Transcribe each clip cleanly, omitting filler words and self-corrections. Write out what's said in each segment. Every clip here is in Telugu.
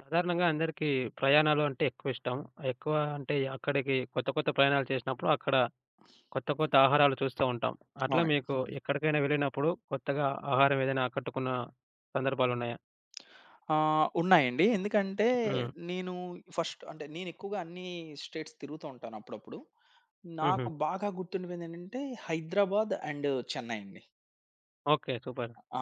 సాధారణంగా అందరికీ ప్రయాణాలు అంటే ఎక్కువ ఇష్టం. ఎక్కువ అంటే అక్కడికి కొత్త కొత్త ప్రయాణాలు చేసినప్పుడు అక్కడ కొత్త కొత్త ఆహారాలు చూస్తూ ఉంటాం. అట్లా అవును. మీకు అవును. ఎక్కడికైనా వెళ్ళినప్పుడు కొత్తగా ఆహారం ఏదైనా ఆకట్టుకున్న సందర్భాలున్నాయా? ఉన్నాయండి. ఎందుకంటే హ్మ్. నేను ఫస్ట్ అంటే నేను ఎక్కువగా అన్ని స్టేట్స్ తిరుగుతూ ఉంటాను అప్పుడప్పుడు. హుహు. నాకు బాగా గుర్తుండిపోయిందేంటంటే 'హైదరాబాద్' అండ్ 'చెన్నై' అండి. ఓకే. సూపర్. ఆ!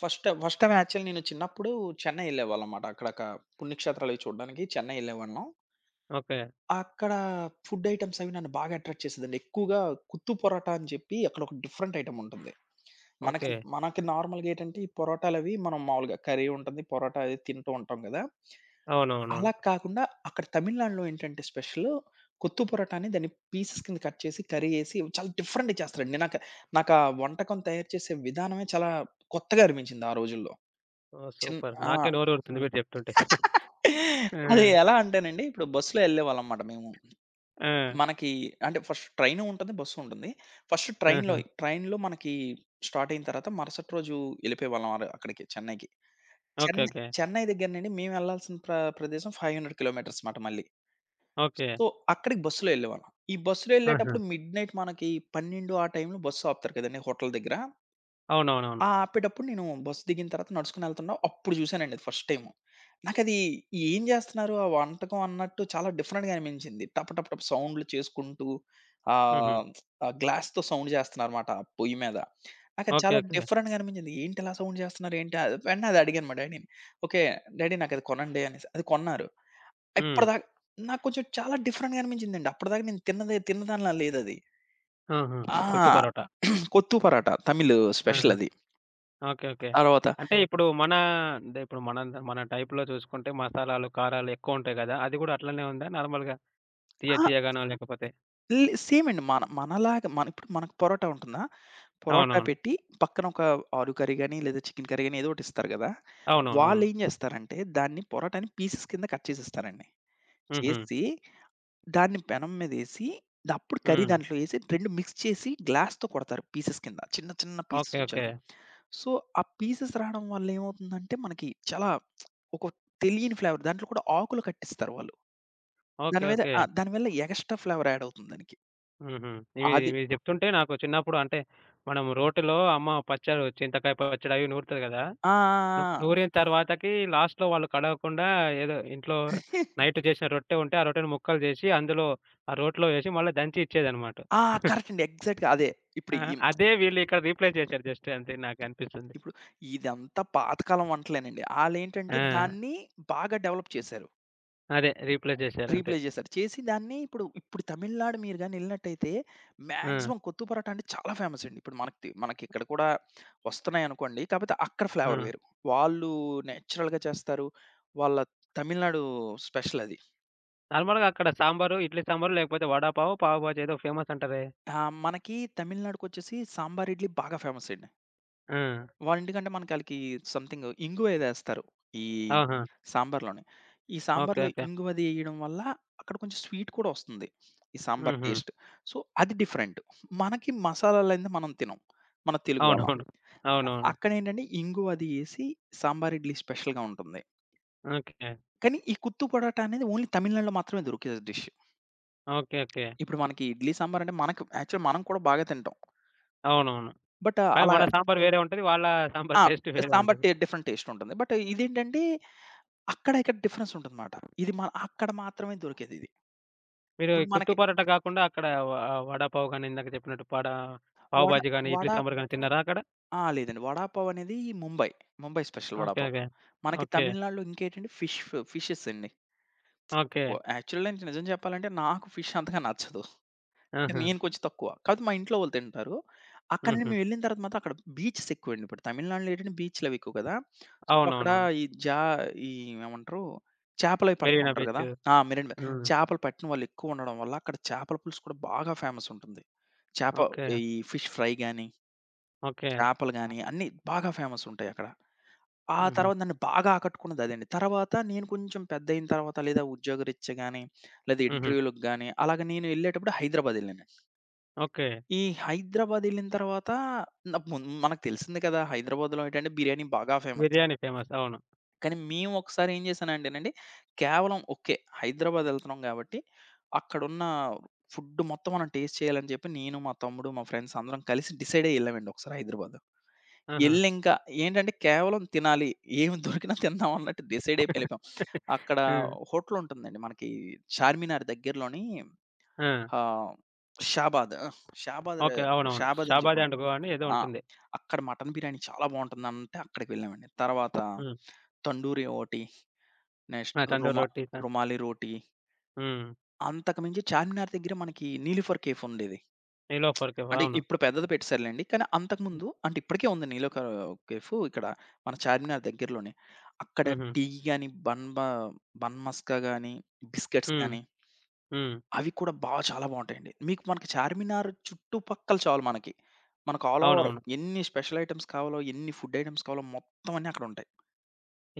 ఫస్ట్ ఫస్ట్ టైమ్ యాక్చువల్లీ నేను చిన్నప్పుడు చెన్నై ఎళ్ళేవాళ్ళనమాట. అక్కడ ఒక పుణ్యక్షేత్రాలు అవి చూడడానికి చెన్నై ఎళ్ళేవాళ్ళం. ఓకే. అక్కడ ఫుడ్ ఐటెమ్స్ అవి నన్ను బాగా అట్రాక్ట్ చేసేదండి. ఎక్కువగా కుత్తు పరోటా అని చెప్పి అక్కడ ఒక డిఫరెంట్ ఐటెమ్ ఉంటుంది. మనకి ఓకే. మనకి నార్మల్‌గా ఏంటంటే ఈ పరోటాలవి మనం మామూలుగా కర్రీ ఉంటుంది. పరోటా అది తింటూ ఉంటాం గదా! అలా అవునవునవును. కాకుండా అక్కడ తమిళనాడులో ఏంటంటే స్పెషల్ కొత్తు పొరాటాని దాన్ని పీసెస్ కింద కట్ చేసి, కర్రీ ఏసి చాలా డిఫరెంట్‌గా చేస్తారండి. నాకు నాకు ఆ వంటకం తయారు చేసే విధానమే చాలా కొత్తగా అనిపించింది ఆ రోజుల్లో. ఓహ్! చిన్ సూపర్. ఆ! నాకే నోరూరుతుంది మీరు చెప్తుంటే. ఆ! అది ఎలా అంటేనండి, ఇప్పుడు బస్సులో ఎళ్ళేవాళ్ళమమాట మేము. ఆ! మనకి అంటే ఫస్ట్ ట్రైను ఉంటుంది, బస్సు ఉంటుంది. ఫస్ట్ ట్రైన్‌లో ఆహా! ట్రైన్‌లో మనకి స్టార్ట్ అయిన తర్వాత మరుసటి రోజు ఎళ్ళిపోయేవాళ్ళం ఆడ అక్కడికి చెన్నైకి. ఓకే. చెన్నై ఓకే. చెన్నై దగ్గర నుండి మేమెళ్ళాల్సిన ప్రదేశం 500 కిలోమీటర్స్ మాట మళ్ళీ. ఓకే. సో, అక్కడికి బస్సులో వెళ్ళేవాళ్ళం. ఈ బస్సులో ఆహా! వెళ్ళేటప్పుడు మిడ్‌నైట్ మనకి 12 ఆ టైంలో బస్సు ఆపుతారు కదండీ హోటల్ దగ్గర. అవునవునవును. ఆ ఆపేటప్పుడు నేను బస్సు దిగిన తర్వాత నడుచుకొని వెళ్తున్నా అప్పుడు చూసానండి అది ఫస్ట్ టైము. నాకది ఏం చేస్తున్నారు ఆ వంటకం అన్నట్టు చాలా డిఫరెంట్‌గా అనిపించింది. టప టప టప సౌండ్‌లు చేసుకుంటూ హుహు. ఆహ్, ఆ గ్లాస్‌తో సౌండ్ చేస్తున్నారన్నమాట ఆ పొయ్యి మీద. నాకది ఓకే. చాలా ఓకే. డిఫరెంట్‌గా అనిపించింది. ఏంటి ఇలా సౌండ్ చేస్తున్నారు ఏంటి? అది- వెంటనే అది అడిగాను మా డ్యాడీని. ఓకే. డ్యాడీ నాకది కొనండి అనేసి. అది కొన్నారు. హ్మ్. ఇప్పటిదాకా నాకు కొంచెం చాలా డిఫరెంట్‌గా అనిపించిందండి. అప్పటిదాకా నేను తిన్నదే తిన్నదానిలా లేదది. ఆహా! ఆ! కొత్తు పరోటా. కొత్తు పరాటా తమిళ్ స్పెషల్ ఆహా! అది. ఓకే. ఓకే. తర్వాత అంటే ఇప్పుడు మన అంటే ఇప్పుడు మన మన టైప్‌లో చూసుకుంటే మసాలాలు, కారాలు ఎక్కువుంటాయి గదా! అది గూడా అట్లనే ఉందా నార్మల్‌గా తియ్య ఆ! తియ్యగానో? అవును. లేకపోతే? లే సేమ్ అండి. మనలాగా మన ఇప్పుడు మనకు పరోటా ఉంటుందా? పరోటా అవునవును. పెట్టి పక్కన ఒక ఆలు కర్రీ గాని, లేదా చికెన్ కర్రీ గాని ఏదో ఒకటి ఇస్తారు గదా! అవునవునవును. వాళ్ళేం జేస్తారంటే దాన్ని పరోటాని పీసెస్ కింద కట్ చేసేస్తారండి. హుహు. చేసి దాన్ని పెనం మీదేసి అప్పుడు కర్రీ హ్మ్. దాంట్లో ఏసి 2 మిక్స్ చేసి గ్లాస్‌తో కొడతారు పీసెస్ కింద. చిన్న చిన్న పీసెస్ ఓకే. వచ్చేలా. ఓకే. సో, ఆ పీసెస్ రాడం వల్ల ఏమవుతుందంటే మనకి చాలా ఒక తెలియని ఫ్లేవర్. దాంట్లో కూడా ఆకులు కట్టిస్తారు వాళ్ళు. ఓకే. దాని మీద ఓకే. ఆ! దాని వల్ల ఎగస్ట్రా ఫ్లేవర్ యాడ్ అవుతుంది దానికి. హుహు. ఇవి అది ఇవి జెప్తుంటే నాకు చిన్నప్పుడు అంటే మనం రోటిలో అమ్మ పచ్చళ్ళు, చింతకాయ పచ్చడి అవి నూరుతది గదా! ఆ! ఆ! నూరిన తర్వాతకి లాస్ట్‌లో వాళ్ళు కడగకుండా ఏదో ఇంట్లో నైట్ చేసిన రొట్టె ఉంటే ఆ రొట్టెని ముక్కలు జేసి అందులో, ఆ రోట్లో వేసి మళ్ళా దంచి ఇచ్చేదన్నమాట. ఆ! ఆ! కరెక్ట్ అండి. ఎగ్జాక్ట్‌గా అదే. ఇప్పుడు ఆ! ఇం అదే వీళ్ళిక్కడ రీప్లేస్ చేశారు, జస్ట్ అంతే నాకనిపిస్తుంది. ఇప్పుడు ఇదంతా పాతకాలం వంటలేనండి. ఆళ్ళేంటంటే ఆ! దాన్ని బాగా డెవలప్ చేశారు. అదే రీప్లేస్ చేశారు అంతే. రీప్లేస్ చేశారు. చేసి దాన్ని ఇప్పుడు తమిళనాడు మీరు గాని ఎళ్ళినట్టయితే ఆ! మాక్సిమం కొత్తు పరోటా అంటే చాలా ఫేమస్ అండి. ఇప్పుడు మనకి, మనకి ఇక్కడ కూడా వస్తున్నాయనుకోండి. కాకపోతే అక్కడ ఆ! ఫ్లేవర్ వేరు. వాళ్ళు నేచురల్‌గా చేస్తారు. వాళ్ళ తమిళనాడు స్పెషల్ అది. నార్మల్‌గా అక్కడ సాంబారు, ఇడ్లీ సాంబారు, లేకపోతే వడాపావు, పావుబాజీ ఏదో ఫేమస్ అంటారే! ఆ! మనకి తమిళనాడుకొచ్చేసి సాంబార్ ఇడ్లీ బాగా ఫేమస్ అండి. ఆ! వాళ్ళింటికంటే మనకాళ్ళకి సంథింగ్ ఇంగువేదేస్తారు. ఈ ఆహా! సాంబార్‌లోనే. ఈ ఓకే. సాంబార్‌లో ఓకే. ఇంగువది ఎయడం వల్ల అక్కడ కొంచెం స్వీట్ కూడా ఒస్తుంది. ఈ సాంబార్ హుహు. టేస్ట్. సో, అది డిఫరెంట్. మనకి మసాలాలైంది మనం తినం. మన తెలుగు వాళ్ళం. అవునవును. ఓకే. అవునవును. అక్కడేంటంటే ఇంగువది ఎసి సాంబార్ ఇడ్లీ స్పెషల్‌గా ఉంటుంది. ఓకే. కానీ ఈ కుత్తు పరోటా అనేది ఓన్లీ తమిళనాడులో మాత్రమే దొరికే డిష్. ఓకే. ఓకే. ఇప్పుడు మనకి ఇడ్లీ సాంబార్ అంటే మనకు యాక్చువల్ మనం కూడా బాగా తింటాం. అవునవును. బట్ కానీ అలా మన సాంబార్ వేరే ఉంటది. వాళ్ళ ఆ! సాంబార్ టేస్ట్ వేరే సాంబార్ ఉంటది. టే డిఫరెంట్ టేస్ట్ ఉంటుంది. బట్ ఇదేంటంటే అక్కడ, ఇక్కడ డిఫరెన్స్ ఉంటదన్నమాట. ఇది మన అక్కడ మాత్రమే దొరికేదిది. మీరు ఇప్పుడు ఈ గుత్తు మనకి పరోటా కాకుండా అక్కడ వడాపావు గాని, ఇందాక చెప్పినట్టు వడ పావుబాజీ గాని, వడ ఇడ్లీ సాంబార్ గాని తిన్నారా అక్కడ? ఆ! లేదండి. వడాపావ్ అనేది Mumbai. Mumbai special okay. Vada pav. Okay. మనకి ఓకే. తమిళనాడులో ఇంకేంటంటే ఫిషెస్ అండి. ఓకే. యాక్చువల్‌గా నిజం చెప్పాలంటే నాకు ఫిష్ అంతగా నచ్చదు. అంటే ఆహా! నేను కొంచెం తక్కువ. కాకపోతే మా ఇంట్లో వాళ్ళు తింటారు. అక్కడ హుహు. మేమెళ్ళిన తర్వాత మాత్రం అక్కడ బీచెస్ ఎక్కువండి. ఇప్పుడు తమిళనాడులో ఏంటంటే బీచ్‌లవి ఎక్కువ కదా! సో, అక్కడ అవునవునవును. ఈ జా ఈ ఏమంటారు? చేపలవి పడతా 'మెరీనా ఉంటారు బీచ్'. కదా! ఆ! మెరైన్ బే హ్మ్. చేపలు పట్టిన వాళ్ళెక్కువ ఉండడం వల్ల అక్కడ చేపల పులుసు కూడా బాగా ఫేమస్ ఉంటుంది. చేప ఓకే. ఈ ఫిష్ ఫ్రై గాని, ఓకే. చేపలు గాని అన్నీ బాగా ఫేమస్ ఉంటాయక్కడ. ఆ హుహు. తర్వాత నన్ను బాగా ఆకట్టుకున్నది అదండి. తర్వాత నేను కొంచెం పెద్దయిన తర్వాత లేదా ఉద్యోగరీత్యా గాని, లేదా హుహు. ఇంటర్వ్యూ‌లకి గాని అలాగ నేను ఎళ్ళేటప్పుడు హైదరాబాద్ ఎళ్ళాను. ఓకే. ఈ హైదరాబాద్ ఎళ్ళిన తర్వాత న ముం మనకు తెలిసింది కదా! హైదరాబాద్‌లో ఏంటంటే బిర్యానీ బాగా ఫేమస్. బిర్యానీ ఫేమస్. అవును. కానీ మేము ఒకసారి ఏం చేశానంటేనండి, కేవలం ఓకే. హైదరాబాద్ ఎళ్తున్నాం కాబట్టి, అక్కడున్న ఫుడ్ మొత్తం మనం టేస్ట్ చేయాలని చెప్పి నేను, మా తమ్ముడు, మా ఫ్రెండ్స్ అందరం కలిసి డిసైడ్ అయ్యి ఎళ్ళామండి ఒకసారి హైదరాబాద్. ఆహా! ఎళ్ళింకా ఏంటంటే కేవలం తినాలి. ఏమి దొరికినా తిందాం అన్నట్టు డిసైడ్ అయిపోయి ఎళ్ళిపోయాం. అక్కడ హ్మ్. హోటల్ ఉంటుందండి మనకి చార్మినార్ దగ్గరలోని ఆ! ఆహ్, షాబాద్. ఆ! షాబాద్, ఓకే. ర- అవునవును. షాబాద్ అని చెప్పి 'షాబాద్ ఉంటుంది. అండ్ గో' అని ఏదో ఆ! ఉంటుంది. అక్కడ మటన్ బిర్యానీ చాలా బావుంటుందంటే అక్కడికి వెళ్ళామండి. తర్వాత హ్మ్. తండూరి ఒకటి, నెక్స్ట్ ఆ! తందూరి రుమా రొటీస్ రుమాలి రోటీ. హ్మ్. అంతకు మించి చార్మినార్ దగ్గర మనకి నీలోఫర్ కేఫ్ ఉండేది. 'నిలోఫర్ కేఫ్' అంటే అవును. ఇప్పుడు పెద్దది పెట్టేసారులెండి. కానీ అంతకుముందు అంటే ఇప్పటికే ఉంది నీలోఫర్ కేఫ్ ఇక్కడ మన చార్మినార్ దగ్గరలోనే. అక్కడ హుహు. టీ గాని, బన్ బ బన్ మస్కా గాని, బిస్కెట్స్ హ్మ్. గాని హ్మ్. అవి కూడా చాలా బావుంటాయండి. మీకు మనకి చార్మినార్ చుట్టుపక్కల చాలు మనకి. మనకు ఆల్ ఓవర్ అవునవును. ఎన్ని స్పెషల్ ఐటెమ్స్ కావాలో, ఎన్ని ఫుడ్ ఐటెమ్స్ కావాలో మొత్తం అన్నీ అక్కడుంటాయి.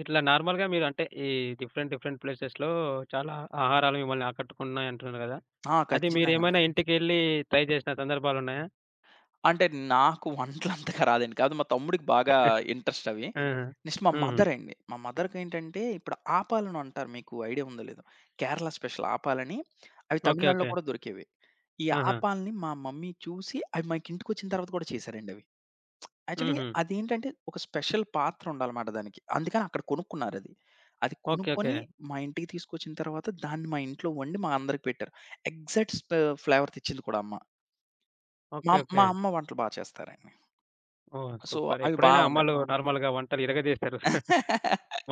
ఇట్లా నార్మల్‌గా మీరు అంటే ఈ డిఫరెంట్ డిఫరెంట్ ప్లేసెస్‌లో చాలా ఆహారాలు మిమ్మల్ని ఆకట్టుకున్నాయి అంటున్నారు గదా! ఆ! అది ఖచ్చితంగా. మీరేమైనా ఇంటికెళ్ళి ట్రై జేసిన సందర్భాలున్నాయా? అంటే నాకు వంటలంతగా రాదండి. కాపోతే మా తమ్ముడికి బాగా ఇంట్రెస్ట్ అవి. ఆహా! నెక్స్ట్ మా హుహు. మదరండి. మా మదర్‌కేంటంటే ఇప్పుడు ఆపాలను అంటారు. మీకు ఐడియా ఉందో లేదో. కేరళ స్పెషల్ ఆపాలని. అవి ఓకే. తమిళనాడులో ఓకే. కూడా దొరికేవి. ఈ ఆహా! ఆపాలని మా మమ్మీ చూసి అవి మనకి ఇంటికొచ్చిన తర్వాత కూడా చేశారండి అవి. యాక్చువల్లీ హుహు. అదేంటంటే ఒక స్పెషల్ పాత్ర ఉండాలన్నమాట దానికి. అందుకని అక్కడ కొనుక్కున్నారది. అది అది ఓకే. ఓకే. కొనుక్కొని మా ఇంటికి తీసుకొచ్చిన తర్వాత దాన్ని మా ఇంట్లో వండి మా అందరికి పెట్టారు. ఎగ్జాక్ట్ స్పె ఫ్లేవర్ తెచ్చింది కూడా అమ్మ. మా ఓకే. మా ఓకే. అమ్మ వంటలు బా చేస్తారండి. ఓహ్! So, super. అవి బా ఎప్పుడైనా వండా అమ్మలు నార్మల్‌గా వంటలు ఇరగదీస్తారు.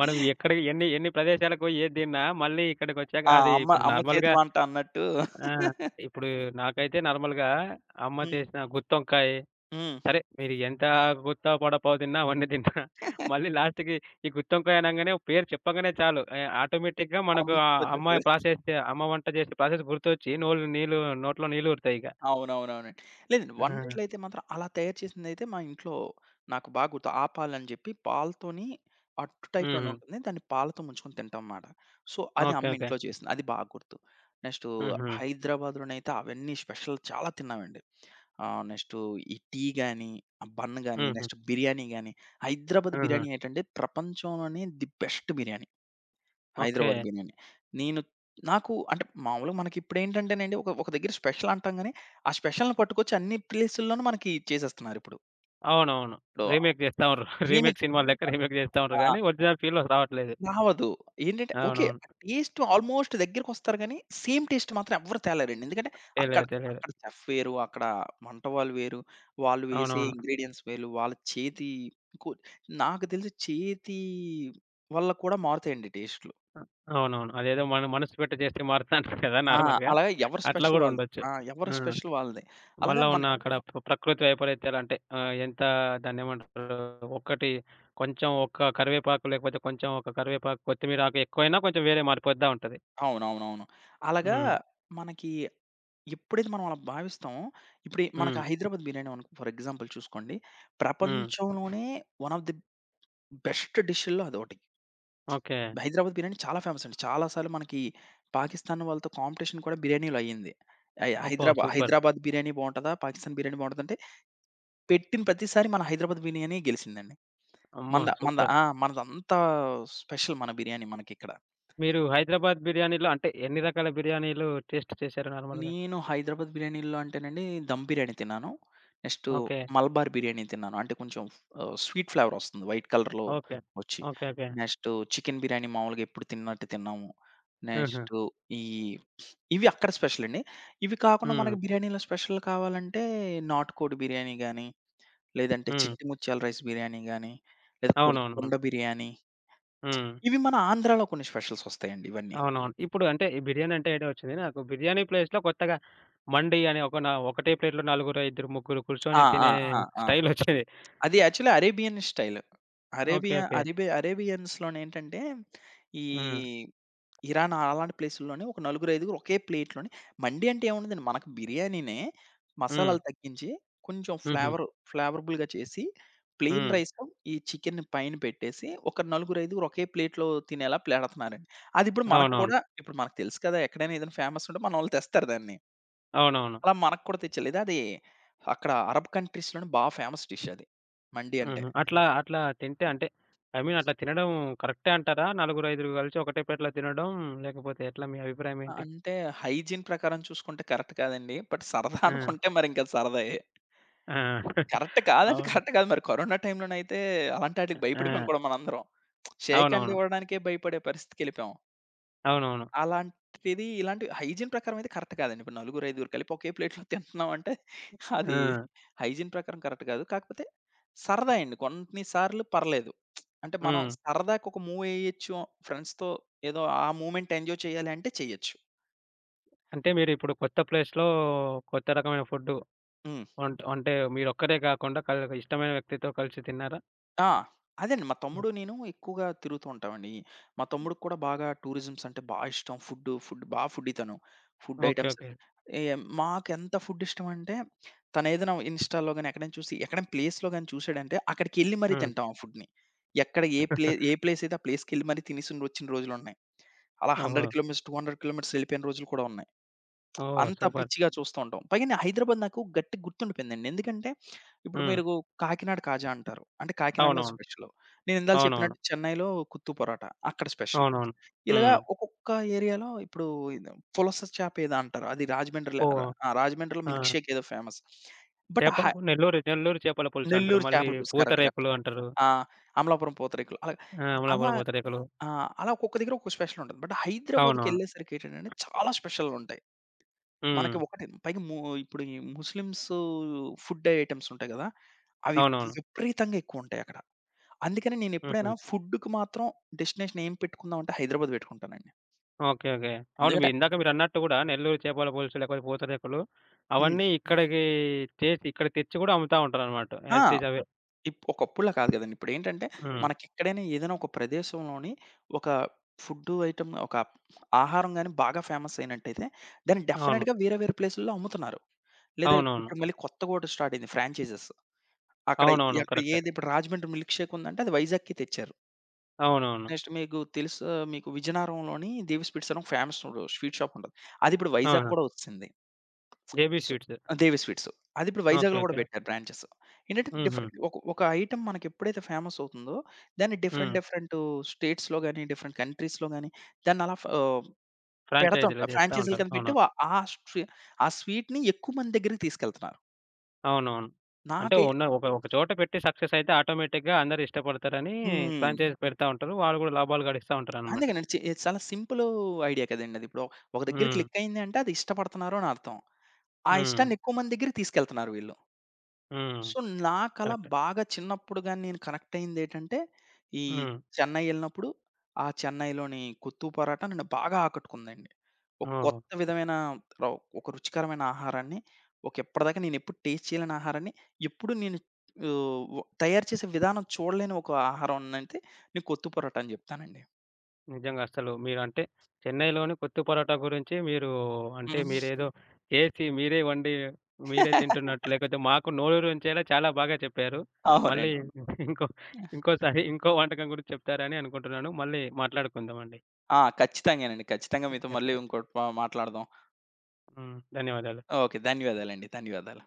మనం ఎక్కడ ఎన్ని ఎన్ని ప్రదేశాలకు పోయి ఏది తిన్నా మళ్ళీ ఇక్కడికొచ్చాక ఆ! అది అమ్మ ఇప్పుడు అమ్మ చేతి నార్మల్‌గా. వంట అన్నట్టు. ఆ! ఇప్పుడు నాకైతే నార్మల్‌గా అమ్మ హ్మ్. చేసిన గుత్తొంకాయ. హ్మ్. సరే మీరు ఎంత గుత్త, వడపావు తిన్నా, అవన్నీ తిన్నా మళ్ళీ లాస్ట్‌కి ఈ గుత్తొంకాయ అనంగానే, పేరు చెప్పంగానే చాలు. ఆహ్, ఆటోమేటిక్‌గా అమ్మ మనకు ఆ అమ్మ గుర్తొచ్చేస్తది. ప్రాసెస్, అమ్మ వంట చేసే ప్రాసెస్ గుర్తొచ్చి నోళ్ళు నీళ్ళు, నోట్లో నీళ్లూరుతాయి ఇక. అవునవునవునండి. లేదండి. ఆ! వంటలైతే మాత్రం అలా తయారు చేసిందైతే మా ఇంట్లో నాకు బాగా గుర్తు. ఆపాలని జెప్పి పాలతోని అట్టు టైప్‌లోనే హ్మ్. ఉంటుంది. దాన్ని పాలతో ముంచుకొని తింటాం మాట. సో, అది ఓకే. అమ్మ ఓకే. ఇంట్లో చేసింది. అది బాగా గుర్తు. నెక్స్టు హుహు. హైదరాబాద్‌లోనైతే అవన్నీ స్పెషల్ చాలా తిన్నామండి. నెక్స్టు ఈ టీ గాని, ఆ బన్ గాని, హ్మ్. నెక్స్ట్ బిర్యానీ గాని, హైదరాబాద్ ఆహా! బిర్యానీ ఏంటంటే ప్రపంచంలోనే the best biryani. Okay. Hyderabad biryani. నేను నాకు అంటే మామూలుగా మనకిప్పుడేంటంటేనండి ఒక ఒక దగ్గర స్పెషల్ అంటాం గానీ, ఆ స్పెషల్‌ని పట్టుకొచ్చి అన్ని ప్లేసుల్లోనూ మనకి చేసేస్తున్నారిప్పుడు. అవునవును. ఇప్పుడు రీమేక్ ఇప్పుడు జేస్తా ఉండ్రు. రీమేక్ రీమేక్ సినిమా లెక్క చేస్తున్నారు. రీమేక్ జేస్తా ఉండ్రు ఆ! గానీ, ఒరిజినల్ ఫీల్ రావట్లేదు. రావదు. ఏంటంటే ఓకే. అవునవును. టేస్ట్ ఆల్‌మోస్ట్ దగ్గరికొస్తారు గానీ, సేమ్ టేస్ట్ మాత్రం ఎవ్వరు తేలేరండి. ఎందుకంటే అక్కడ తెలీదు. తెలీదు. అక్కడ చెఫ్ వేరు, అక్కడ వంట వాళ్ళు వేరు, వాళ్ళు వేసే అవునవును. ఇంగ్రీడియెంట్స్ వేరు, వాళ్ళ చేతి కు నాకు తెలిసి చేతి వల్ల కూడా మారుతాయండి టేస్ట్‌లు. అ అవునవును. అదేదో మన మనసు పెట్టి చేస్తే మారుతుంటారు కదా ఆ! నార్మల్‌గా. అలాగా ఎవరి అట్లా స్పెషల్ గూడా వాళ్ళది. ఉండొచ్చు. ఆ! ఎవరి ఆ! స్పెషల్ వాళ్ళది. అలాగా మళ్ళా మన ఉన్న అక్కడ ప్రకృతి వైపరీత్యాలు అంటే ఆహ్, ఎంత దాన్నేమంటారు? ఒక్కటి కొంచెం ఒక్క కరివేపాకు, లేకపోతే కొంచెం ఒక కరివేపాకు, కొత్తిమీర ఆకు ఎక్కువైనా కొంచెం వేరే మారిపోద్దా ఉంటది. అవునవునవును. అలాగా హ్మ్. మనకి ఎప్పుడైతే మనం అలా భావిస్తామో, ఇప్పుడు మనకు హ్మ్. హైదరాబాద్ బిర్యానీ అనుకో ఫర్ ఎగ్జాంపుల్ చూసుకోండి. హ్మ్. ప్రపంచంలోనే వన్ ఆఫ్ ది బెస్ట్ డిష్‌ల్లో అదొకటి. ఓకే. హైదరాబాద్ బిర్యానీ చాలా ఫేమస్ అండి. చాలా సార్లు మనకి పాకిస్తాన్ వాళ్ళతో కాంపిటీషన్ కూడా బిర్యానీలో అయింది. హై అబ్బా! హైదరాబాద్ సూపర్. హైదరాబాద్ బిర్యానీ బావుంటదా? పాకిస్తాన్ బిర్యానీ బావుంటదంటే పెట్టిన ప్రతిసారి మన హైదరాబాద్ బిర్యానీ గెలిసిందండి. అమ్మ! మనద మనద సూపర్. ఆ! మనదంతా స్పెషల్ మన బిర్యానీ మనకిక్కడ. మీరు హైదరాబాద్ బిర్యానీలో అంటే ఎన్ని రకాల బిర్యానీలు టేస్ట్ చేశారు నార్మల్‌గా? నేను హైదరాబాద్ బిర్యానీల్లో అంటేనండి దమ్ బిర్యానీ తిన్నాను. Next okay. మలబార్ బిర్యానీ తిన్నాను. అంటే కొంచెం స్వీట్ ఫ్లేవర్ వస్తుంది వైట్ కలర్‌లో ఓకే. వచ్చి. Okay. Okay. Next chicken biryani మామూలుగా ఎప్పుడు తిన్నట్టు తిన్నాము. ఆహా! నెక్స్టు ఈ ఇవి అక్కడ స్పెషల్ అండి. ఇవి కాకుండా హ్మ్. మనకి బిర్యానీలో స్పెషల్ కావాలంటే నాటుకోడి బిర్యానీ గాని, లేదంటే హ్మ్. చిట్టి ముత్యాల రైస్ బిర్యానీ గాని, లేదా అవునవునవును. కుండ బిర్యానీ. హ్మ్. ఇవి మన ఆంధ్రాలో కొన్ని స్పెషల్స్ వస్తాయండి ఇవన్నీ. అవునవును. ఇప్పుడు అంటే ఈ బిర్యానీ అంటే ఐడియా వచ్చింది. నాకు బిర్యానీ ప్లేస్‌లో కొత్తగా మండి అని ఒక, నా ఒకటే ప్లేట్‌లో నలుగురో, ఇద్దరు, ముగ్గురు కూర్చొని ఆ! ఆ! తినే ఆ! ఆ! ఆ! స్టైల్ వచ్చింది. అది actually Arabian style. Okay. Arabia okay. అరేబి అరేబియన్స్‌లోనేంటంటే, ఈ హ్మ్. ఇరాన్ అలాంటి ప్లేసుల్లోనే ఒక నలుగురు, ఐదుగురు ఒకే ప్లేట్‌లోని మండి అంటే ఏముండదండి. మనకు బిర్యానీనే హ్మ్. మసాలాలు తగ్గించి, కొంచెం హుహు. ఫ్లేవరబుల్‌గా చేసి, ప్లెయిన్ హ్మ్. రైస్‌లో ఈ చికెన్ పైన పెట్టేసి, ఒక నలుగురు, ఐదుగురు ఒకే ప్లేట్‌లో తినేలా పెడుతున్నారండి. అదిప్పుడు మనకు అవునవును. కూడా ఇప్పుడు మనకు తెలుసు కదా! ఎక్కడైనా ఏదైనా ఫేమస్ ఉంటే మనోళ్ళు తెస్తారు దాన్ని. అవునవును. అలా మనకు కూడా తెచ్చలేదు. అది అక్కడ అరబ్ కంట్రీస్‌లోనే బా ఫేమస్ డిష్ అది. మండి అంటే. హుహు. అట్లా అట్లా తింటే అంటే, ఐ మీన్ అట్లా తినడం కరెక్టే అంటారా? నలుగురు, ఐదుగురు కలిసి ఒకటే ప్లేట్‌లో తినడం లేకపోతే ఎట్లా? మీ అభిప్రాయం ఆ! ఏంటి? అంటే హైజీన్ ప్రకారం చూసుకుంటే కరెక్ట్ కాదండి. బట్ సరదా ఆ! అనుకుంటే మరింక సరదాయే. ఆ! కరెక్ట్ కాదంటే అవును. కరెక్ట్ కాదు. మరి కరోనా టైంలోనైతే అలాంటాటికి భయపడిపోయాం ఆ! కూడా మనందరం. షేక్ హ్యాండ్ అవునవును. ఇవ్వడానికే భయపడే పరిస్థితికెళ్ళిపోయాం. అవునవును. అలాంటిది ఇలాంటి హైజీన్ ప్రకారం అయితే కరెక్ట్ కాదండి. ఇప్పుడు నలుగురు, ఐదుగురు కలిపి ఒకే ప్లేట్‌లో తింటున్నామంటే హ్మ్. అది ఆ! హైజీన్ ప్రకారం కరెక్ట్ కాదు. కాకపోతే సరదా అండి. కొన్ని సార్లు పర్లేదు. అంటే మనం హ్మ్. సరదాకి ఒక మూవ్ ఎయొచ్చు. ఫ్రెండ్స్‌తో ఏదో ఆ మూవ్‌మెంట్ ఎంజాయ్ చేయాలి అంటే చేయొచ్చు. అంటే మీరిప్పుడు కొత్త ప్లేస్‌లో కొత్త రకమైన ఫుడ్డు హ్మ్. వంట్ అంటే మీరొక్కరే కాకుండా ఇష్టమైన వ్యక్తితో కలిసి తిన్నారా? ఆ! అదేండి. మా హ్మ్. తమ్ముడు, నేను ఎక్కువగా తిరుగుతూ ఉంటామండి. మా తమ్ముడికి కూడా బాగా టూరిజమ్స్ అంటే బా ఇష్టం. ఫుడ్డు, ఫుడ్ బా ఫుడ్డీ తను. Food okay. Items okay. ఏ మాకెంత ఫుడ్ ఇష్టమంటే, తనేదైనా ఇన్‌స్టాలో గాని, ఎక్కడైనా ప్లేస్‌లో గాని చూసాడంటే, అక్కడికెళ్ళి మరీ హ్మ్. తింటాం ఆ ఫుడ్‌ని. ఎక్కడ ఏ ప్లే ఏ ప్లేస్ అయితే ఆ ప్లేస్‌కెళ్ళి మరీ తినేసి వచ్చిన రోజులున్నాయి. అలా 100 ఓహో! కిలోమీటర్స్, 200 కిలోమీటర్స్ ఎళ్ళిపోయిన రోజులు కూడా ఉన్నాయి. ఓహ్! అంత సూపర్. పిచ్చిగా చూస్తూ ఉంటాం. పైగా హైదరాబాద్ నాకు గట్టిగా గుర్తుండిపోయిందండి. ఎందుకంటే హ్మ్. మీరు కాకినాడ కాజా అంటారు. అంటే కాకినాడలో అవునవును. స్పెషల్. నేను ఇందాక అవునవును. చెప్పినట్టు చెన్నైలో కుత్తు పరోటా అక్కడ స్పెషల్. అవునవును. ఇలాగా హ్మ్. ఒక్కొక్క ఏరియాలో ఇప్పుడు ఇది పులస చాప్ ఏదో అంటారు. అది రాజమండ్రిలో పో రా ఆ! రాజమండ్రిలో మిల్క్ ఆ! షేక్ ఏదో ఫేమస్. బట్ చేపల హై పు నెల్లూరు, నెల్లూరు చేపల పులుసు అంటారు. నెల్లూరు మళ్ళీ చేపల పులుసు కరెక్ట్. కరెక్ట్. పూతరేకులు అంటారు. ఆ! అమలాపురం పూతరేకులు అలా ఆ! అలా అమలాపురం పూతరేకులు. ఆ! అలా ఒక్కొక్క దగ్గర ఒక్కొక్క స్పెషల్ ఉంటది. బట్ అవునవును. హైదరాబాద్‌కెళ్ళేసరికి ఏంటంటే చాలా స్పెషల్‌లుంటాయి. మనకి హ్మ్. ఒకటి పైగా ము ఇప్పుడు ఈ ముస్లిమ్స్ ఫుడ్ ఐటెమ్స్ ఉంటాయి గదా! అవి అవునవును. విపరీతంగా ఎక్కువుంటాయి అక్కడ. అందుకని హుహు. నేనెప్పుడైనా ఫుడ్‌కి మాత్రం డెస్టినేషన్ ఏం పెట్టుకుందామంటే హైదరాబాద్ పెట్టుకుంటానండి. ఓకే. ఓకే. అవును. మీ ఎందుకంటే ఇందాక మీరన్నట్టు గూడా నెల్లూరు చేపల పులుసు, లేకపోతే పూతరేకులు హ్మ్. అవన్నీ ఇక్కడికి చేసి ఇక్కడ తెచ్చి గూడా అమ్ముతా ఉంటారనమాట, ఆ! యాస్ ఇట్ ఈజ్ అవే. ఒకప్పుడులా కాదు గదండీ. ఇప్పుడేంటంటే హ్మ్. మనకెక్కడైనా ఏదైనా ఒక ప్రదేశంలోని ఒక ఫుడ్డు ఐటెమ్ ఒక ఆహారం గాని బాగా ఫేమస్ అయినట్టయితే దాన్ని అవును. డెఫినిట్‌గా వేరే వేరే ప్లేసుల్లో అమ్ముతున్నారు. లేదా అవునవును. ఇప్పుడు మళ్ళీ కొత్తగా ఒకటి స్టార్ట్ అయింది ఫ్రాంచైజెస్. అక్కడ అవునవును. ఎక్కడ కరెక్టే. ఏది ఇప్పుడు రాజమండ్రి మిల్క్ షేక్ ఉందంటే అది వైజాగ్‌కి తెచ్చారు. అవునవును. నెక్స్ట్ మీకు తెలుసా మీకు విజయనగరంలోని దేవి స్వీట్స్ అని ఒక ఫేమస్ స్వీట్ షాప్ ఉంటది. అది ఇప్పుడు వైజాగ్ కూడా ఆ! వచ్చిసింది. JB so sweets. Devi sweets. అది ఇప్పుడు ఓకే. వైజాగ్‌లో కూడా ఓకే. పెట్టారు బ్రాంచెస్. ఏంటంటే హుహు. డిఫరెంట్ ఒక ఒక ఐటెమ్ మనకి ఎప్పుడైతే ఫేమస్ అవుతుందో దాన్ని డిఫరెంట్ హ్మ్. డిఫరెంట్ స్టేట్స్‌లో గాని, డిఫరెంట్ కంట్రీస్‌లో గాని దాన్ని ఫ్రాంచైజీలో పెడుతుంటారు. చేస్తా ఫ్రాంచైజీలు ఉంటారు. కింద పెట్టి అవును. వా ఆ స్ట్రీ ఆ స్వీట్‌ని ఎక్కువ మంది దగ్గరికి తీసుకెళ్తున్నారు. అవునవును. అంటే నాకే ఉన్న ఒక ఒక చోట పెట్టి సక్సెస్ అయితే ఆటోమేటిక్‌గా అందరూ ఇష్టపడతారని హ్మ్. ఫ్రాంచైజ్ పెడతా ఉంటారు. వాళ్ళు గూడా లాభాలు గడిస్తా అంతే ఉంటారనమాట. కదండీ. చాలా సింపుల్ ఐడియా కదండీ అది. ఇప్పుడు ఒక దగ్గర హ్మ్. క్లిక్ అయింది అంటే అది ఇష్టపడుతున్నారు అని అర్థం. ఆ హ్మ్. ఇష్టాన్ని ఎక్కువ మంది దగ్గరికి తీసుకెళ్తున్నారు వీళ్ళు. హ్మ్. సో, నాకలా కరెక్ట్. బాగా చిన్నప్పుడు గాని నేను కనెక్ట్ అయిందేటంటే, ఈ హ్మ్. చెన్నై ఎళ్ళినప్పుడు, ఆ చెన్నైలోని కొత్తు పరాటా నన్ను బాగా ఆకట్టుకుందండి. ఒక ఓహో! కొత్త విధమైన ర ఒక రుచికరమైన ఆహారాన్ని, ఒక ఇప్పటిదాకా నేనెప్పుడు టేస్ట్ చేయలేని ఆహారాన్ని, ఎప్పుడు నేను ఆహ్, వ తయారు చేసే విధానం చూడలేని ఒక ఆహారాన్నయితే నేను కొత్తు పరోటా అని జెప్తానండి. నిజంగా అసలు మీరంటే చెన్నైలోని కొత్తు పరోటా గురించి మీరు, అంటే హ్మ్. మీరేదో చేసి, మీరే వండి, మీరే తింటున్నట్టు, లేకపోతే మాకు నోరూరించేలా చాలా బాగా చెప్పారు. మళ్ళీ అవునండి. ఇంకో ఇంకోసారి ఇంకో వంటకం గురించి చెప్తారని అనుకుంటున్నాను. మళ్ళీ మాట్లాడుకుందామండి. ఆ! ఖచ్చితంగానండి. ఖచ్చితంగా మీతో మళ్ళీ ఖచ్చితంగా. ఇంకోటి మాట్లాడదాం. హ్మ్. ధన్యవాదాలు. ఓకే. ధన్యవాదాలండి. ధన్యవాదాలు.